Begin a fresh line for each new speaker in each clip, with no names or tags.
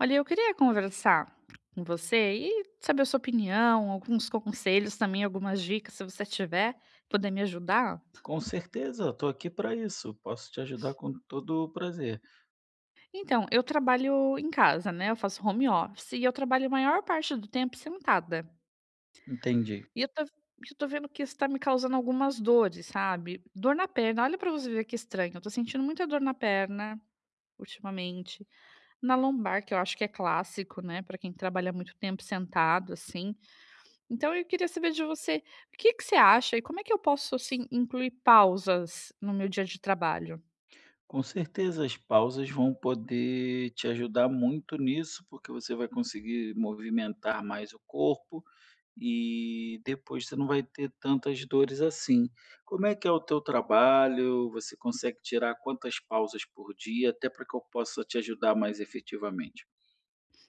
Olha, eu queria conversar com você e saber a sua opinião, alguns conselhos também, algumas dicas, se você tiver, poder me ajudar.
Com certeza, estou aqui para isso. Posso te ajudar com todo o prazer.
Então, eu trabalho em casa, né, eu faço home office e eu trabalho a maior parte do tempo sentada.
Entendi.
E eu tô vendo que isso tá me causando algumas dores, sabe. Dor na perna, olha pra você ver que estranho, eu tô sentindo muita dor na perna ultimamente, na lombar, que eu acho que é clássico, né, pra quem trabalha muito tempo sentado, assim. Então eu queria saber de você, o que que você acha e como é que eu posso, assim, incluir pausas no meu dia de trabalho?
Com certeza, as pausas vão poder te ajudar muito nisso, porque você vai conseguir movimentar mais o corpo e depois você não vai ter tantas dores assim. Como é que é o teu trabalho? Você consegue tirar quantas pausas por dia, até para que eu possa te ajudar mais efetivamente?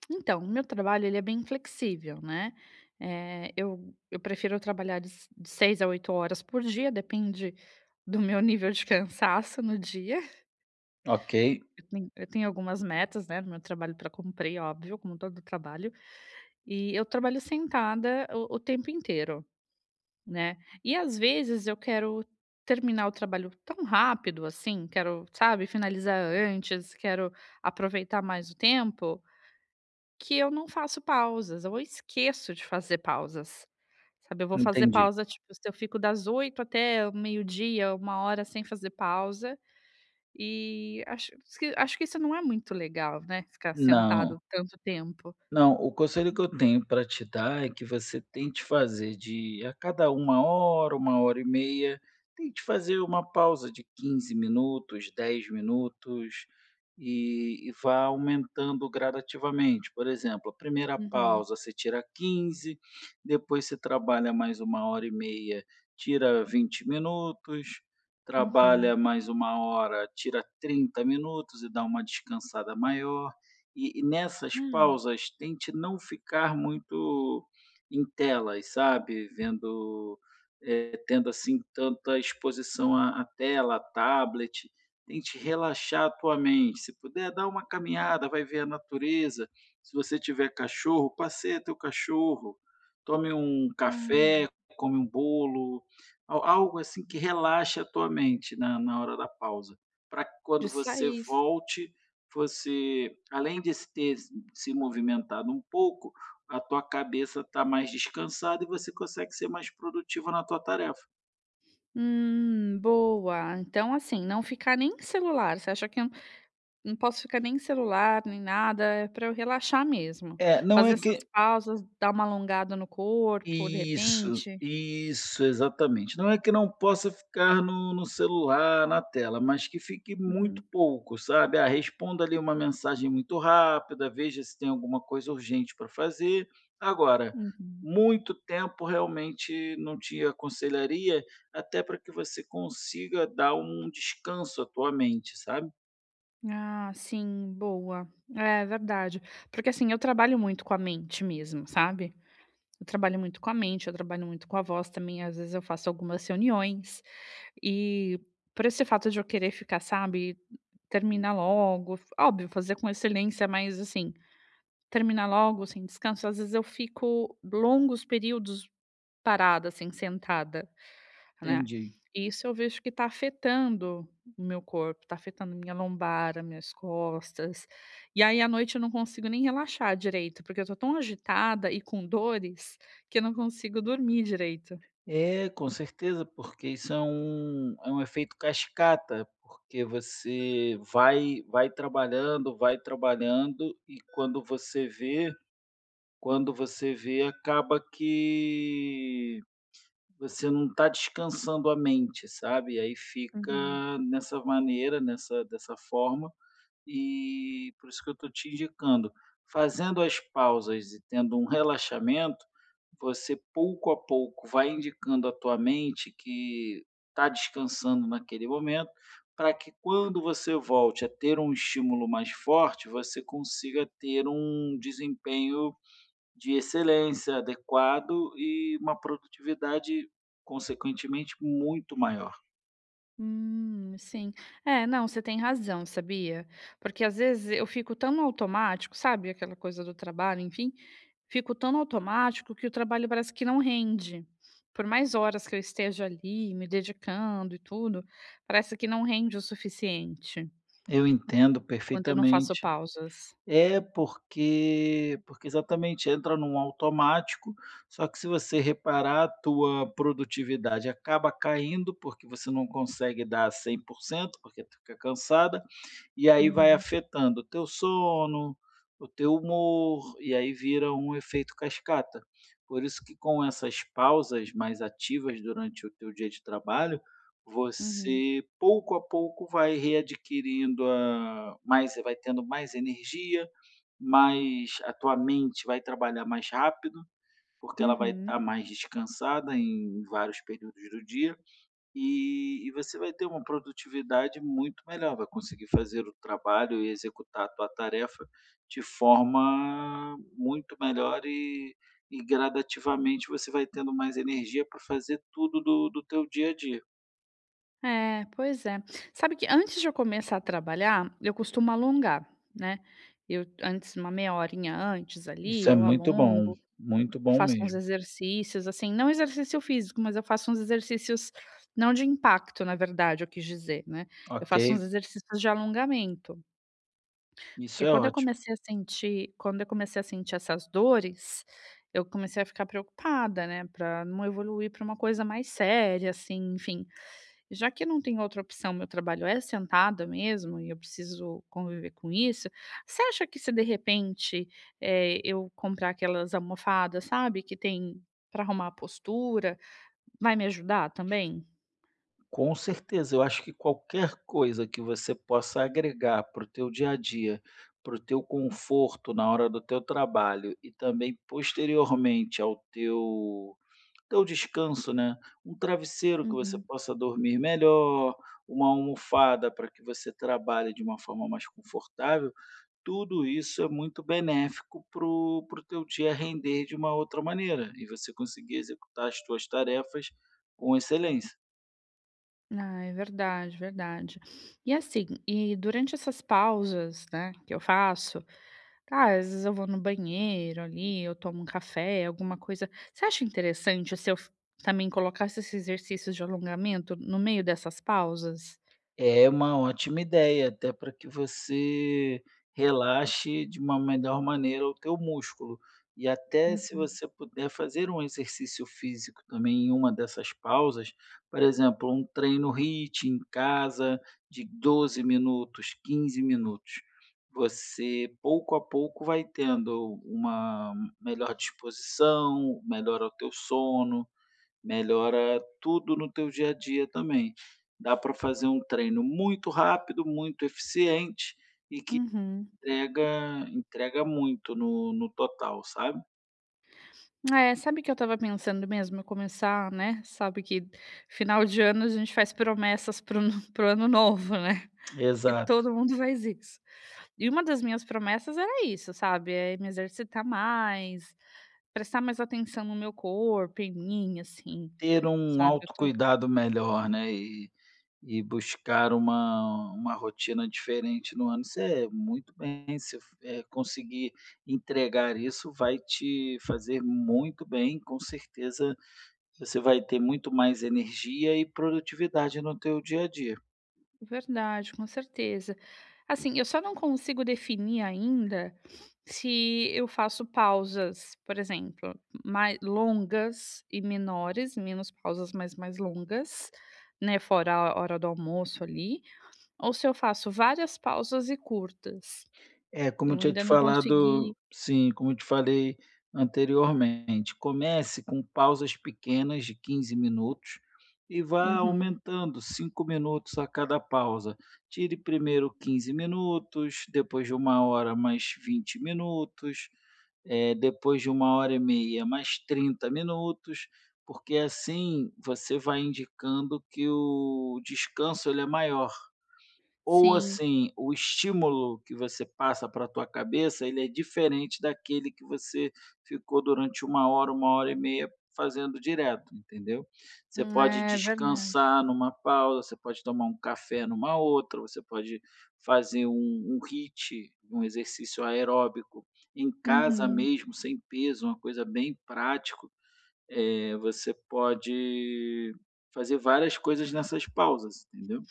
Então, o meu trabalho ele é bem flexível, né, eu prefiro trabalhar de 6 a oito horas por dia, depende do meu nível de cansaço no dia.
Ok,
Eu tenho algumas metas, né, no meu trabalho para cumprir, óbvio, como todo trabalho, e eu trabalho sentada o tempo inteiro. Né. E às vezes eu quero terminar o trabalho tão rápido assim, quero, sabe, finalizar antes, quero aproveitar mais o tempo, que eu não faço pausas, ou eu esqueço de fazer pausas, sabe. Eu vou fazer
entendi.
pausa, tipo, se eu fico das 8h até o meio-dia, uma hora sem fazer pausa, e acho que isso não é muito legal, né, ficar sentado
Não.
tanto tempo.
Não, o conselho que eu tenho para te dar é que você tente fazer de a cada uma hora e meia, tente fazer uma pausa de 15 minutos, 10 minutos e vá aumentando gradativamente. Por exemplo, a primeira
Uhum,
pausa você tira 15, depois você trabalha mais uma hora e meia, tira 20 minutos,
uhum.
trabalha mais uma hora, tira 30 minutos e dá uma descansada maior. E nessas
Ah,
pausas, tente não ficar muito em telas, sabe, vendo, tendo, assim, tanta exposição à tela, à tablet. Tente relaxar a tua mente. Se puder, dá uma caminhada, vai ver a natureza. Se você tiver cachorro, passeia teu cachorro, tome um
ah,
café, come um bolo, al algo assim que relaxe a tua mente na hora da pausa, para que
de
quando você
sair.
volte, você, além de se ter se movimentado um pouco, a tua cabeça está mais descansada e você consegue ser mais produtivo na tua tarefa.
Boa. Então, assim, não ficar nem em celular. Você acha que eu não posso ficar nem em celular, nem nada, é para eu relaxar mesmo.
É, não
Fazer
é
essas
que.
pausas, dar uma alongada no corpo, de
Isso,
repente.
isso, exatamente. Não é que não possa ficar no celular, na tela, mas que fique muito
Uhum,
pouco, sabe? Ah, responda ali uma mensagem muito rápida, veja se tem alguma coisa urgente para fazer. Agora,
uhum.
muito tempo realmente não te aconselharia, até para que você consiga dar um descanso à tua mente, sabe?
Ah, sim, boa. É verdade. Porque, assim, eu trabalho muito com a mente mesmo, sabe? Eu trabalho muito com a mente, eu trabalho muito com a voz também, às vezes eu faço algumas reuniões, e por esse fato de eu querer ficar, sabe, terminar logo, óbvio, fazer com excelência, mas assim, terminar logo, sem descanso, às vezes eu fico longos períodos parada, assim, sentada. Né.
Entendi.
E isso eu vejo que está afetando o meu corpo, está afetando minha lombar, as minhas costas. E aí à noite eu não consigo nem relaxar direito, porque eu tô tão agitada e com dores, que eu não consigo dormir direito.
É, com certeza, porque isso é um efeito cascata, porque você vai trabalhando, vai trabalhando e quando você vê, acaba que você não está descansando a mente, sabe, e aí
Uhum.
fica nessa maneira, nessa dessa forma e por isso que eu estou te indicando, fazendo as pausas e tendo um relaxamento, você pouco a pouco vai indicando à tua mente que está descansando naquele momento, para que quando você volte a ter um estímulo mais forte, você consiga ter um desempenho de excelência adequado e uma produtividade, consequentemente, muito maior.
Sim. É, não, você tem razão, sabia? Porque às vezes eu fico tão no automático, sabe, aquela coisa do trabalho, enfim, fico tão no automático que o trabalho parece que não rende. Por mais horas que eu esteja ali, me dedicando e tudo, parece que não rende o suficiente
Eu entendo
quando eu não faço
perfeitamente.
pausas.
É, porque exatamente entra num automático, só que se você reparar, a tua produtividade acaba caindo, porque você não consegue dar 100% porque tu fica cansada, e aí vai
Uhum,
afetando o teu sono, o teu humor, e aí vira um efeito cascata. Por isso que com essas pausas mais ativas durante o teu dia de trabalho,
uhum,
você pouco a pouco vai readquirindo a mais vai tendo mais energia, mas a tua mente vai trabalhar mais rápido, porque ela vai
uhum.
estar mais descansada em vários períodos do dia, e você vai ter uma produtividade muito melhor, vai conseguir fazer o trabalho e executar a tua tarefa de forma muito melhor e gradativamente você vai tendo mais energia para fazer tudo do teu dia a dia.
É, pois é. Sabe que antes de eu começar a trabalhar, eu costumo alongar, né. Eu antes uma meia horinha antes ali,
Isso é
eu alongo,
muito bom
faço uns
mesmo.
exercícios, assim, não exercício físico, mas eu faço uns exercícios não de impacto, na verdade, eu quis dizer, né. Eu
Ok,
faço uns exercícios de alongamento,
isso
porque
é ótimo.
quando eu comecei a sentir essas dores, eu comecei a ficar preocupada, né, para não evoluir para uma coisa mais séria, assim, enfim. Já que não tem outra opção, meu trabalho é sentada mesmo e eu preciso conviver com isso, você acha que se de repente, eu comprar aquelas almofadas, sabe, que tem para arrumar a postura, vai me ajudar também?
Com certeza, eu acho que qualquer coisa que você possa agregar para o teu dia a dia, para o teu conforto na hora do teu trabalho e também posteriormente ao teu descanso, né, um travesseiro que você
Uhum.
possa dormir melhor, uma almofada para que você trabalhe de uma forma mais confortável, tudo isso é muito benéfico para o teu dia render de uma outra maneira e você conseguir executar as tuas tarefas com excelência.
Ah, é verdade, verdade. E assim, e durante essas pausas, né, que eu faço, tá, às vezes eu vou no banheiro ali, eu tomo um café, alguma coisa. Você acha interessante se eu f também colocasse esses exercícios de alongamento no meio dessas pausas?
É uma ótima ideia, até para que você relaxe de uma melhor maneira o teu músculo. E até se
Uhum,
você puder fazer um exercício físico também em uma dessas pausas, por exemplo, um treino HIIT em casa de 12 minutos, 15 minutos. Você pouco a pouco vai tendo uma melhor disposição, melhora o teu sono, melhora tudo no teu dia a dia também. Dá para fazer um treino muito rápido, muito eficiente e que
uhum.
entrega muito no total, sabe.
É, sabe que eu estava pensando mesmo, eu começar, né, sabe que final de ano a gente faz promessas pro o no para ano novo, né. Acho que
Exato.
todo mundo faz isso. E uma das minhas promessas era isso, sabe, é me exercitar mais, prestar mais atenção no meu corpo, em mim, assim,
Ter um
sabe.
autocuidado melhor, né, e buscar uma rotina diferente no ano, você muito bem, se conseguir entregar isso, vai te fazer muito bem, com certeza. Você vai ter muito mais energia e produtividade no teu dia a dia.
Verdade, com certeza. Assim, eu só não consigo definir ainda se eu faço pausas, por exemplo, mais longas e menores, menos pausas, mas mais longas, né, fora a hora do almoço ali, ou se eu faço várias pausas e curtas.
É,
Eu ainda não consegui.
como eu te falei anteriormente, comece com pausas pequenas de 15 minutos e vá
Uhum,
aumentando 5 minutos a cada pausa. Tire primeiro 15 minutos, depois de uma hora mais 20 minutos, depois de uma hora e meia, mais 30 minutos, porque assim você vai indicando que o descanso ele é maior. Ou
sim.
assim, o estímulo que você passa para a tua cabeça, ele é diferente daquele que você ficou durante uma hora e meia fazendo direto, entendeu. Você pode
É verdade.
descansar numa pausa, você pode tomar um café numa outra, você pode fazer um HIIT, um exercício aeróbico em casa
Uhum.
mesmo, sem peso, uma coisa bem prática. Você pode fazer várias coisas nessas pausas, entendeu.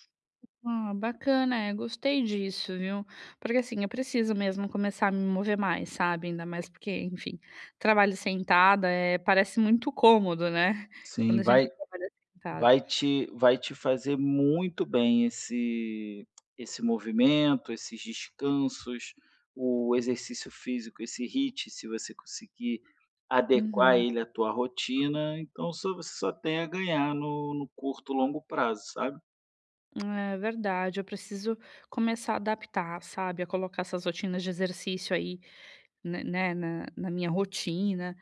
Ah, bacana, é, gostei disso, viu. Porque, assim, eu preciso mesmo começar a me mover mais, sabe, ainda mais porque, enfim, trabalho sentada, é parece muito cômodo, né, quando a
Sim,
gente
vai
trabalha sentado.
Vai te vai te fazer muito bem esse movimento, esses descansos, o exercício físico, esse HIIT, se você conseguir adequar
Uhum.
ele à tua rotina, então só você só tem a ganhar no curto, longo prazo, sabe?
É verdade, eu preciso começar a adaptar, sabe, a colocar essas rotinas de exercício aí, né, na minha rotina,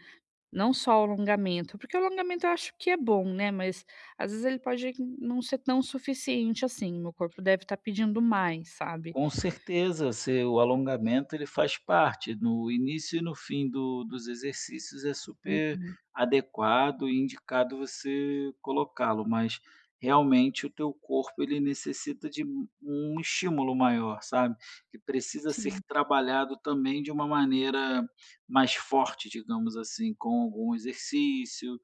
não só o alongamento, porque o alongamento eu acho que é bom, né, mas às vezes ele pode não ser tão suficiente assim, meu corpo deve estar pedindo mais, sabe.
Com certeza, se o alongamento ele faz parte, no início e no fim do dos exercícios é super
Uhum.
adequado e indicado você colocá-lo, mas realmente o teu corpo ele necessita de um estímulo maior, sabe, que precisa ser
Sim,
trabalhado também de uma maneira mais forte, digamos assim, com algum exercício,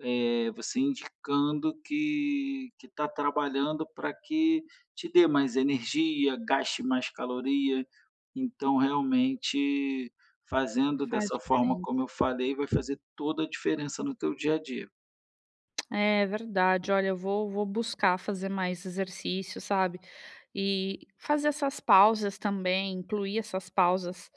você indicando que está trabalhando para que te dê mais energia, gaste mais caloria. Então, realmente, fazendo
faz
dessa forma como
diferença.
eu falei, vai fazer toda a diferença no teu dia a dia.
É verdade. Olha, eu vou buscar fazer mais exercício, sabe, e fazer essas pausas também, incluir essas pausas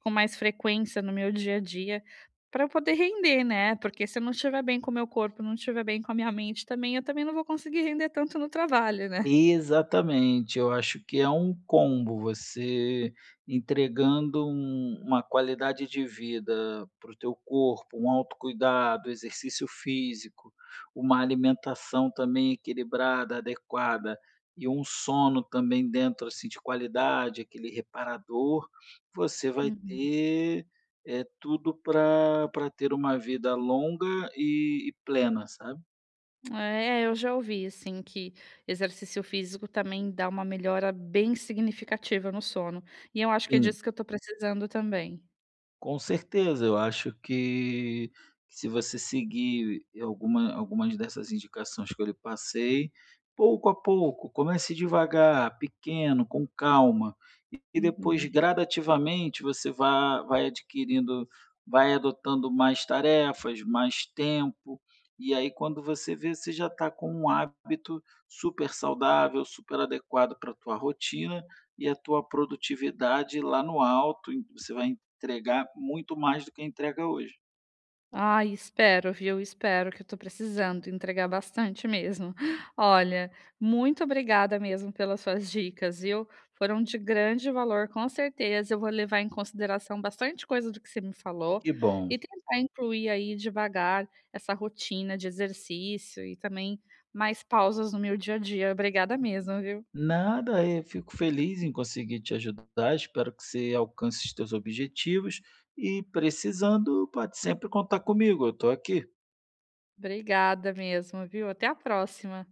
com mais frequência no meu dia a dia, para eu poder render, né, porque se eu não estiver bem com o meu corpo, não estiver bem com a minha mente também, eu também não vou conseguir render tanto no trabalho, né.
Exatamente, eu acho que é um combo, você entregando uma qualidade de vida para o teu corpo, um autocuidado, exercício físico, uma alimentação também equilibrada, adequada e um sono também dentro, assim, de qualidade, aquele reparador, você vai
Uhum.
ter, tudo para ter uma vida longa e plena, sabe.
É, eu já ouvi assim que exercício físico também dá uma melhora bem significativa no sono, e eu acho que é
Sim.
disso que eu tô precisando também.
Com certeza, eu acho que se você seguir algumas dessas indicações que eu lhe passei, pouco a pouco, comece devagar, pequeno, com calma, e depois
Uhum.
gradativamente você vá vai adquirindo vai adotando mais tarefas, mais tempo, e aí quando você vê, você já está com um hábito super saudável, super adequado para a tua rotina e a tua produtividade lá no alto, e você vai entregar muito mais do que entrega hoje.
Ai, espero, viu? Espero que eu tô precisando entregar bastante mesmo. Olha, muito obrigada mesmo pelas suas dicas, viu? Foram de grande valor, com certeza. Eu vou levar em consideração bastante coisa do que você me falou
Que bom.
e tentar incluir aí devagar essa rotina de exercício e também mais pausas no meu dia a dia. Obrigada mesmo, viu?
Nada, eu fico feliz em conseguir te ajudar. Espero que você alcance os teus objetivos e precisando, pode sempre contar comigo. Eu estou aqui.
Obrigada mesmo, viu? Até a próxima.